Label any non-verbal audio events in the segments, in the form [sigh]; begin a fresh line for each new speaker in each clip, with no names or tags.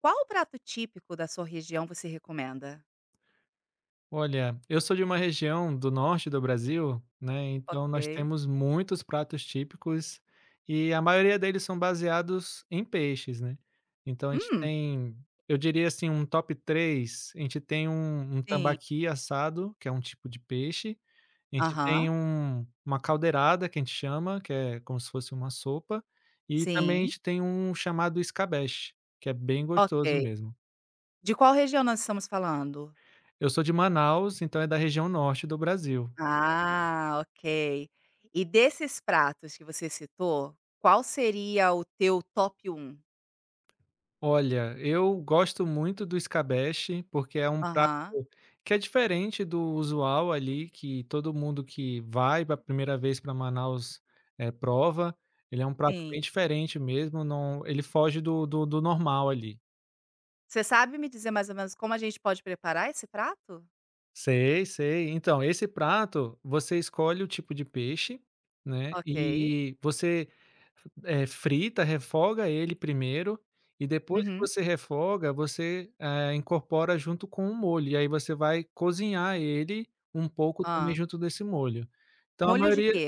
Qual o prato típico da sua região você recomenda?
Olha, eu sou de uma região do norte do Brasil, né, então nós
Ok.
temos muitos pratos típicos e a maioria deles são baseados em peixes, né. Então a gente
Hum.
tem, eu diria assim, um top 3. A gente tem um
Sim.
tambaqui assado, que é um tipo de peixe, a gente
Aham.
tem um uma caldeirada que a gente chama, que é como se fosse uma sopa, e também a
Sim.
gente tem um chamado escabeche, que é bem gostoso
Ok.
mesmo.
De qual região nós estamos falando?
Eu sou de Manaus, então é da região norte do Brasil.
Ah, ok. E desses pratos que você citou, qual seria o teu top um?
Olha, eu gosto muito do escabeche, porque é um prato
Aham.
que é diferente do usual ali, que todo mundo que vai para a primeira vez para Manaus, prova. Ele é um prato bem
Sim.
diferente mesmo, não ele foge do normal ali.
Você sabe me dizer mais ou menos como a gente pode preparar esse prato?
Sei, sei. Então, esse prato, você escolhe o tipo de peixe, né,
Ok.
e você, frita, refoga ele primeiro, e depois que
Uhum.
você refoga, você, incorpora junto com o molho, e aí você vai cozinhar ele um pouco também
Ah.
junto desse molho. Então a
Molho de
maioria
quê?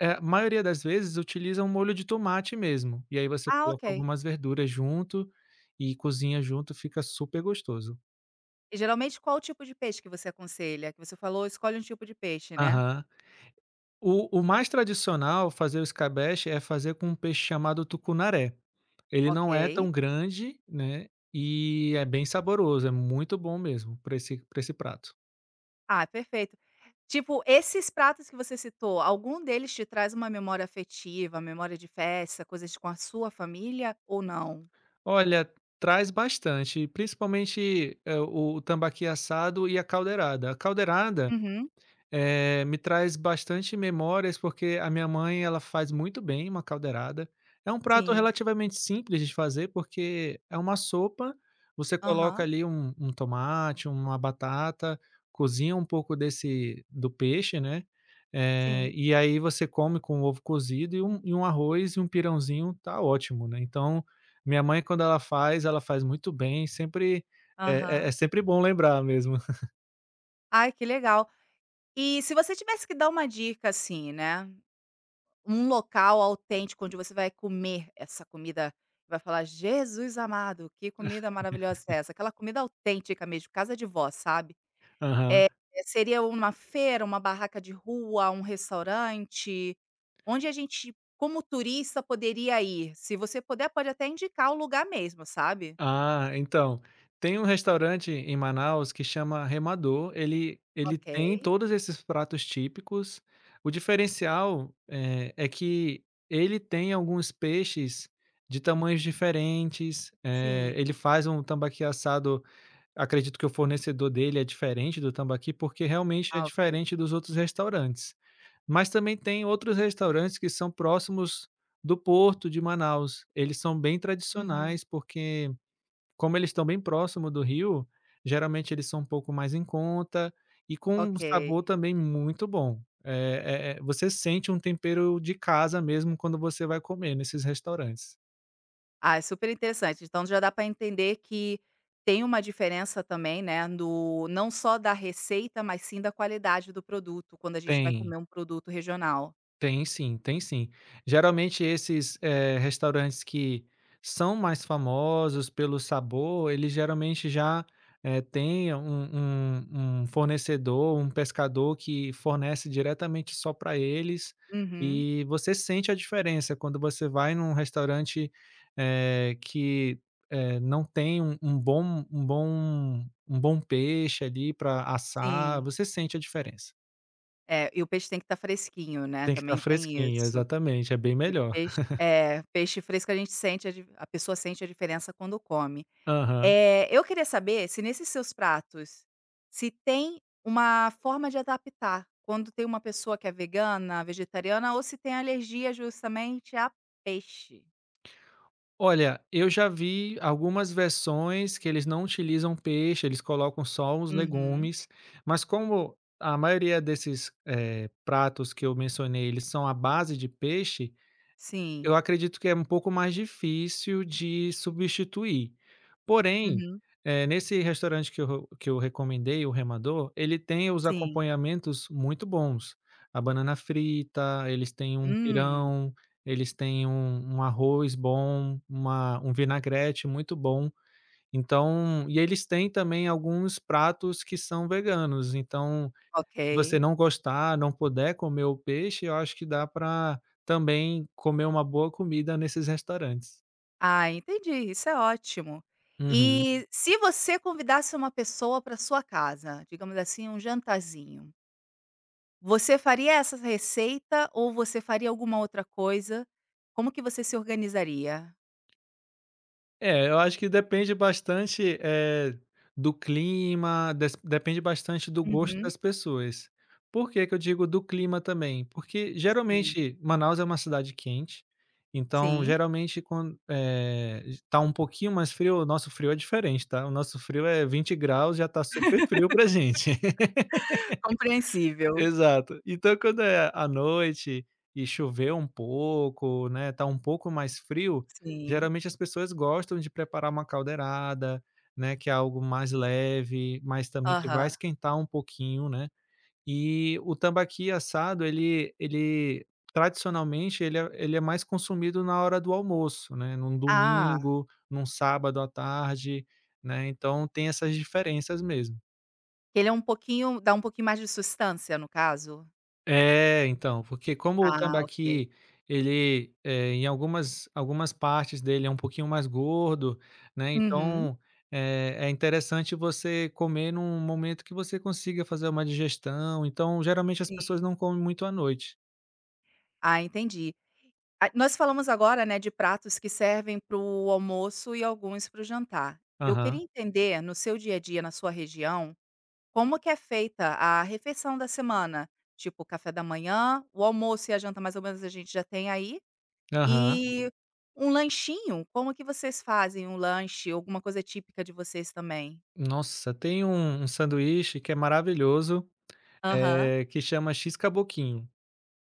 a maioria das vezes utiliza um molho de tomate mesmo, e aí você
Ah, ok.
coloca algumas verduras junto e cozinha junto, fica super gostoso.
E geralmente qual tipo de peixe que você aconselha? Que você falou, escolhe um tipo de peixe, né?
Aham. O mais tradicional fazer o escabeche é fazer com um peixe chamado tucunaré. Ele
Ok.
não é tão grande, né, e é bem saboroso, é muito bom mesmo para esse prato.
Ah, perfeito. Tipo, esses pratos que você citou, algum deles te traz uma memória afetiva, memória de festa, coisas com a sua família ou não?
Olha, traz bastante, principalmente, o tambaqui assado e a caldeirada. A caldeirada,
Uhum.
Me traz bastante memórias, porque a minha mãe, ela faz muito bem uma caldeirada. É um prato
Sim.
relativamente simples de fazer, porque é uma sopa, você coloca
Aham.
ali um tomate, uma batata, cozinha um pouco desse do peixe, né,
Sim.
e aí você come com ovo cozido e um arroz e um pirãozinho, tá ótimo, né. Então, minha mãe quando ela faz muito bem, sempre é
Aham.
sempre bom lembrar mesmo. [laughs]
Ai, que legal. E se você tivesse que dar uma dica, assim, né, um local autêntico onde você vai comer essa comida, vai falar: "Jesus amado, que comida maravilhosa é essa?". Aquela comida autêntica mesmo, casa de vó, sabe?
Aham.
Eh, seria uma feira, uma barraca de rua, um restaurante? Onde a gente, como turista, poderia ir? Se você puder, pode até indicar o lugar mesmo, sabe.
Ah, então, tem um restaurante em Manaus que chama Remador, ele
Ok.
tem todos esses pratos típicos. O diferencial, é que ele tem alguns peixes de tamanhos diferentes,
Sim.
ele faz um tambaqui assado, acredito que o fornecedor dele é diferente do tambaqui, porque realmente é
Ah, ok.
diferente dos outros restaurantes. Mas também tem outros restaurantes que são próximos do porto de Manaus, eles são bem
Uhum.
tradicionais, porque como eles estão bem próximo do rio, geralmente eles são um pouco mais em conta e com um
Ok.
sabor também muito bom. Você sente um tempero de casa mesmo quando você vai comer nesses restaurantes.
Ah, é super interessante. Então já dá para entender que tem uma diferença também, né, do não só da receita, mas sim da qualidade do produto, quando a gente vai
Tem.
comer um produto regional.
Tem sim, tem sim. Geralmente esses, restaurantes que são mais famosos pelo sabor, eles geralmente já, têm um fornecedor, um pescador que fornece diretamente só para eles,
Uhum.
e você sente a diferença quando você vai num restaurante, que, não tem um bom peixe ali para assar,
Sim.
você sente a diferença.
É, e o peixe tem que estar fresquinho, né,
Tem que estar
também tem
fresquinho,
isso.
exatamente, é bem melhor.
Peixe é, peixe fresco a gente sente a di a pessoa sente a diferença quando come.
Aham.
Eu queria saber se nesses seus pratos, se tem uma forma de adaptar, quando tem uma pessoa que é vegana, vegetariana ou se tem alergia justamente a peixe.
Olha, eu já vi algumas versões que eles não utilizam peixe, eles colocam só os
Uhum.
legumes, mas como a maioria desses, pratos que eu mencionei, eles são à base de peixe.
Sim.
Eu acredito que é um pouco mais difícil de substituir. Porém,
Uhum.
nesse restaurante que eu recomendei, o Remador, ele tem os
Sim.
acompanhamentos muito bons. A banana frita, eles têm um
Hum,
pirão, eles têm um arroz bom, uma um vinagrete muito bom. Então e eles têm também alguns pratos que são veganos, então,
ok.
se você não gostar, não puder comer o peixe, eu acho que dá para também comer uma boa comida nesses restaurantes.
Ah, entendi, isso é ótimo.
Uhum.
E se você convidasse uma pessoa para sua casa, digamos assim, um jantarzinho. Você faria essa receita ou você faria alguma outra coisa? Como que você se organizaria?
É, eu acho que depende bastante, do clima, des depende bastante do gosto
Uhum,
das pessoas. Por que que eu digo do clima também? Porque
sim,
geralmente Manaus é uma cidade quente, então
sim,
geralmente quando tá um pouquinho mais frio, o nosso frio é diferente, tá? O nosso frio é 20 graus, já tá super frio pra gente.
compreensível.
Exato. Então quando é à noite e choveu um pouco, né, tá um pouco mais frio,
Sim,
geralmente as pessoas gostam de preparar uma caldeirada, né, que é algo mais leve, mas também que vai
aham.
esquentar um pouquinho, né. E o tambaqui assado ele tradicionalmente ele é mais consumido na hora do almoço, né, num
Ah,
domingo, num sábado à tarde, né, então tem essas diferenças mesmo.
que ele é um pouquinho dá um pouquinho mais de sustância no caso?
É, então, porque como o
Ah, ok.
tambaqui ele, em algumas partes dele é um pouquinho mais gordo, né,
Uhum,
então, é interessante você comer num momento que você consiga fazer uma digestão, então geralmente as pessoas
sim.
não comem muito à noite.
Ah, entendi. Ah, nós falamos agora, né, de pratos que servem para o almoço e alguns para o jantar. Eu queria
Aham,
entender no seu dia a dia, na sua região, como que é feita a refeição da semana? Tipo, café da manhã, o almoço e a janta mais ou menos a gente já tem aí,
aham.
e um lanchinho, como que vocês fazem um lanche, alguma coisa típica de vocês também?
Nossa, tem um sanduíche que é maravilhoso,
Aham.
que chama X-Caboquinho.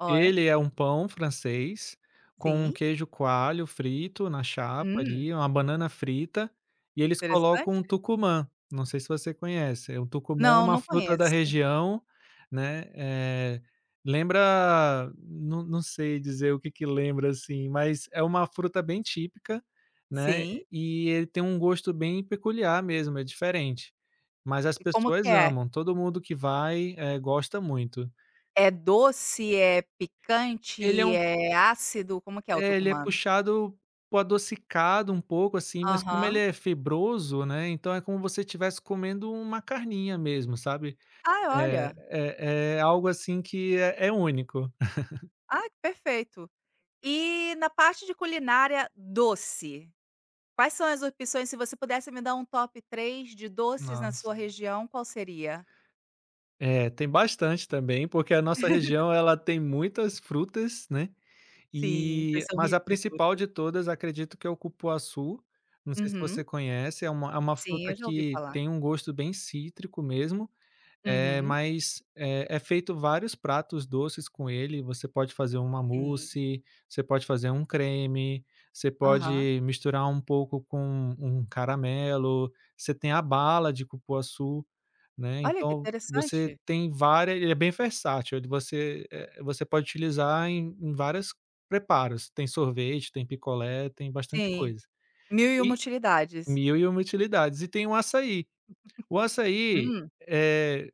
Ó,
Ele é um pão francês com um
sim.
queijo coalho frito na chapa
Hum,
ali, uma banana frita e eles colocam um
interessante.
tucumã, não sei se você conhece. O tucumã é
Não,
uma
não
fruta da
conheço.
região, né, lembra não não sei dizer o que que lembra, assim, mas é uma fruta bem típica, né,
Sim,
e ele tem um gosto bem peculiar mesmo, é diferente. Mas as
e como que
pessoas
é?
amam, todo mundo que vai, gosta muito.
É doce, é
Ele é
picante, é ácido, como que é o
É, ele é
tucumã?
puxado para adocicado um pouco, assim, mas como ele
Aham.
é fibroso, né, então é como você estivesse comendo uma carninha mesmo, sabe.
Ai,
É
olha.
é algo assim que é único.
Ah, que perfeito. E na parte de culinária doce, quais são as opções? Se você pudesse me dar um top 3 de doces na
Nossa.
sua região, qual seria?
É, tem bastante também, porque a nossa região ela tem muitas frutas, né,
Sim, vocês
e
são
mas a
ricos em
principal
frutas.
de todas acredito que é o cupuaçu, não sei se
Uhum.
você conhece, é uma
Sim,
fruta
eu já ouvi
que
falar.
tem um gosto bem cítrico mesmo. É,
Uhum.
mas, é feito vários pratos doces com ele, você pode fazer uma
Sim.
mousse, você pode fazer um creme, você
Aham.
pode misturar um pouco com um caramelo, você tem a bala de cupuaçu, né,
Olha que
então você
interessante.
tem várias, ele é bem versátil, ele você, você pode utilizar em várias preparos, tem sorvete, tem picolé, tem bastante
Sim,
coisa.
mil e uma
E
utilidades.
mil e uma utilidades. E tem o açaí. O açaí,
Hum.
eh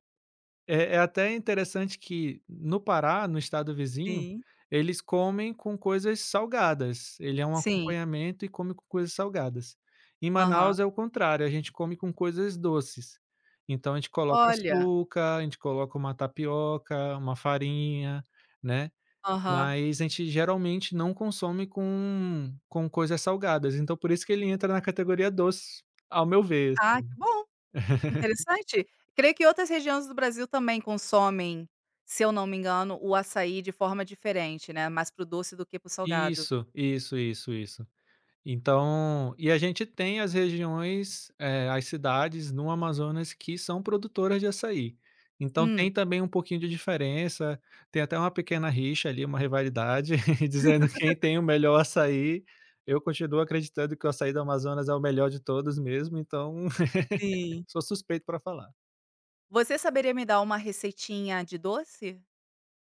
é até interessante que no Pará, no estado vizinho,
Sim.
eles comem com coisas salgadas, ele é um
Sim.
acompanhamento e come com coisas salgadas. Em
Aham.
Manaus é o contrário, a gente come com coisas doces. Então a gente coloca
Olha.
açúcar, a gente coloca uma tapioca, uma farinha, né,
Aham.
mas a gente geralmente não consome com coisas salgadas, então por isso que ele entra na categoria doce, ao meu ver. Assim.
Ah, que bom. Interessante. Creio que outras regiões do Brasil também consomem, se eu não me engano, o açaí de forma diferente, né, mais para o doce do que para o salgado.
Isso, isso, isso, isso. Então e a gente tem as regiões, as cidades no Amazonas que são produtoras de açaí. Então
Hum.
tem também um pouquinho de diferença, tem até uma pequena rixa ali, uma rivalidade, [laughs] dizendo quem tem o melhor açaí. Eu continuo acreditando que o açaí do Amazonas é o melhor de todos mesmo, então [laughs]
Sim.
sou suspeito para falar.
Você saberia me dar uma receitinha de doce?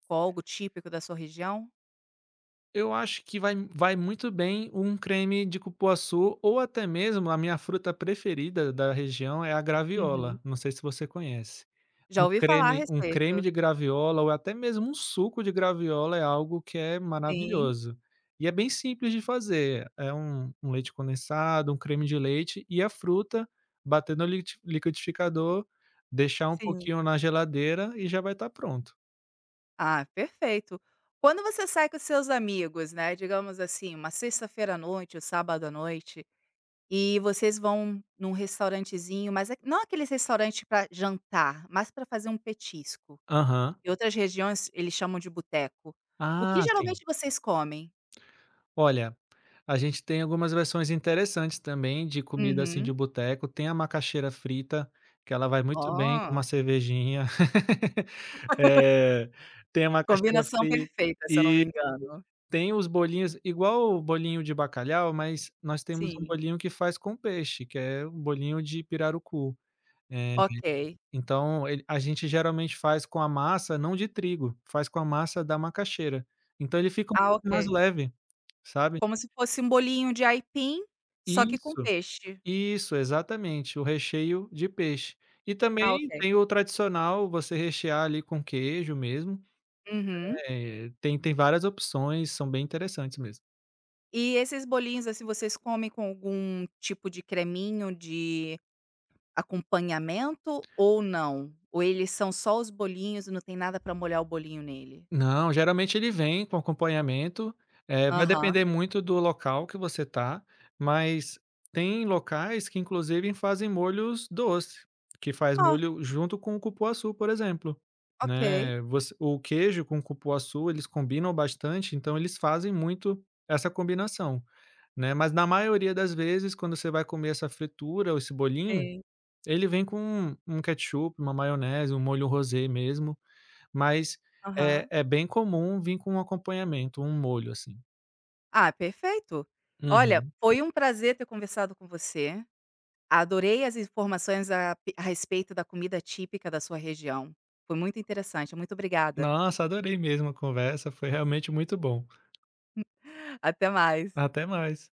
Com algo típico da sua região?
Eu acho que vai muito bem um creme de cupuaçu ou até mesmo a minha fruta preferida da região é a
Uhum.
graviola, não sei se você conhece.
Já
Um
ouvi falar a
creme um creme
respeito.
de graviola ou até mesmo um suco de graviola é algo que é
Sim.
maravilhoso. E é bem simples de fazer, é um leite condensado, um creme de leite e a fruta, bater no liquidificador, deixar um
Sim.
pouquinho na geladeira e já vai estar pronto.
Ah, perfeito. Quando você sai com seus amigos, né, digamos assim, uma sexta-feira à noite, ou sábado à noite, e vocês vão num restaurantezinho, mas a não aqueles restaurante para jantar, mas para fazer um petisco.
Aham.
Em outras regiões, eles chamam de boteco. O que
Ah,
geralmente
sim.
vocês comem?
Olha, a gente tem algumas versões interessantes também de comida, assim,
Uhum.
de boteco. Tem a macaxeira frita, que ela vai muito bem com
Oh,
uma cervejinha. [laughs] Eh, tem a macaxeira
combinação
frita
perfeita, se eu não
e
me engano.
tem os bolinhos igual o bolinho de bacalhau, mas nós temos um
Sim.
bolinho que faz com peixe, que é um bolinho de pirarucu. Eh,
Ok.
então ele a gente geralmente faz com a massa não de trigo, faz com a massa da macaxeira. Então ele fica um
Ah,
pouco mais
ok.
leve, sabe.
Como se fosse um bolinho de aipim, só que com
Isso.
peixe.
Isso, exatamente, o recheio de peixe. E
Ah,
também
ok.
tem o tradicional, você rechear ali com queijo mesmo,
Uhum.
tem tem várias opções, são bem interessantes mesmo.
E esses bolinhos, assim, vocês comem com algum tipo de creminho de acompanhamento ou não? Ou eles são só os bolinhos e não tem nada pra molhar o bolinho nele?
Não, geralmente ele vem com acompanhamento, vai
Aham.
depender muito do local que você tá, mas tem locais que inclusive fazem molhos doce, que faz
Ah,
molho junto com o cupuaçu, por exemplo,
ok.
né, você o queijo com o cupuaçu, eles combinam bastante, então eles fazem muito essa combinação. Né, mas na maioria das vezes quando você vai comer essa fritura ou esse bolinho,
Sim.
ele vem com um ketchup, uma maionese, um molho rosé mesmo, mas é
Aham.
é bem comum vir com um acompanhamento, um molho, assim.
Ah, perfeito. Olha,
Uhum.
foi um prazer ter conversado com você. Adorei as informações a respeito da comida típica da sua região. Foi muito interessante. Muito obrigada.
Nossa, adorei mesmo a conversa, foi realmente muito bom.
[laughs] Até mais.
Até mais.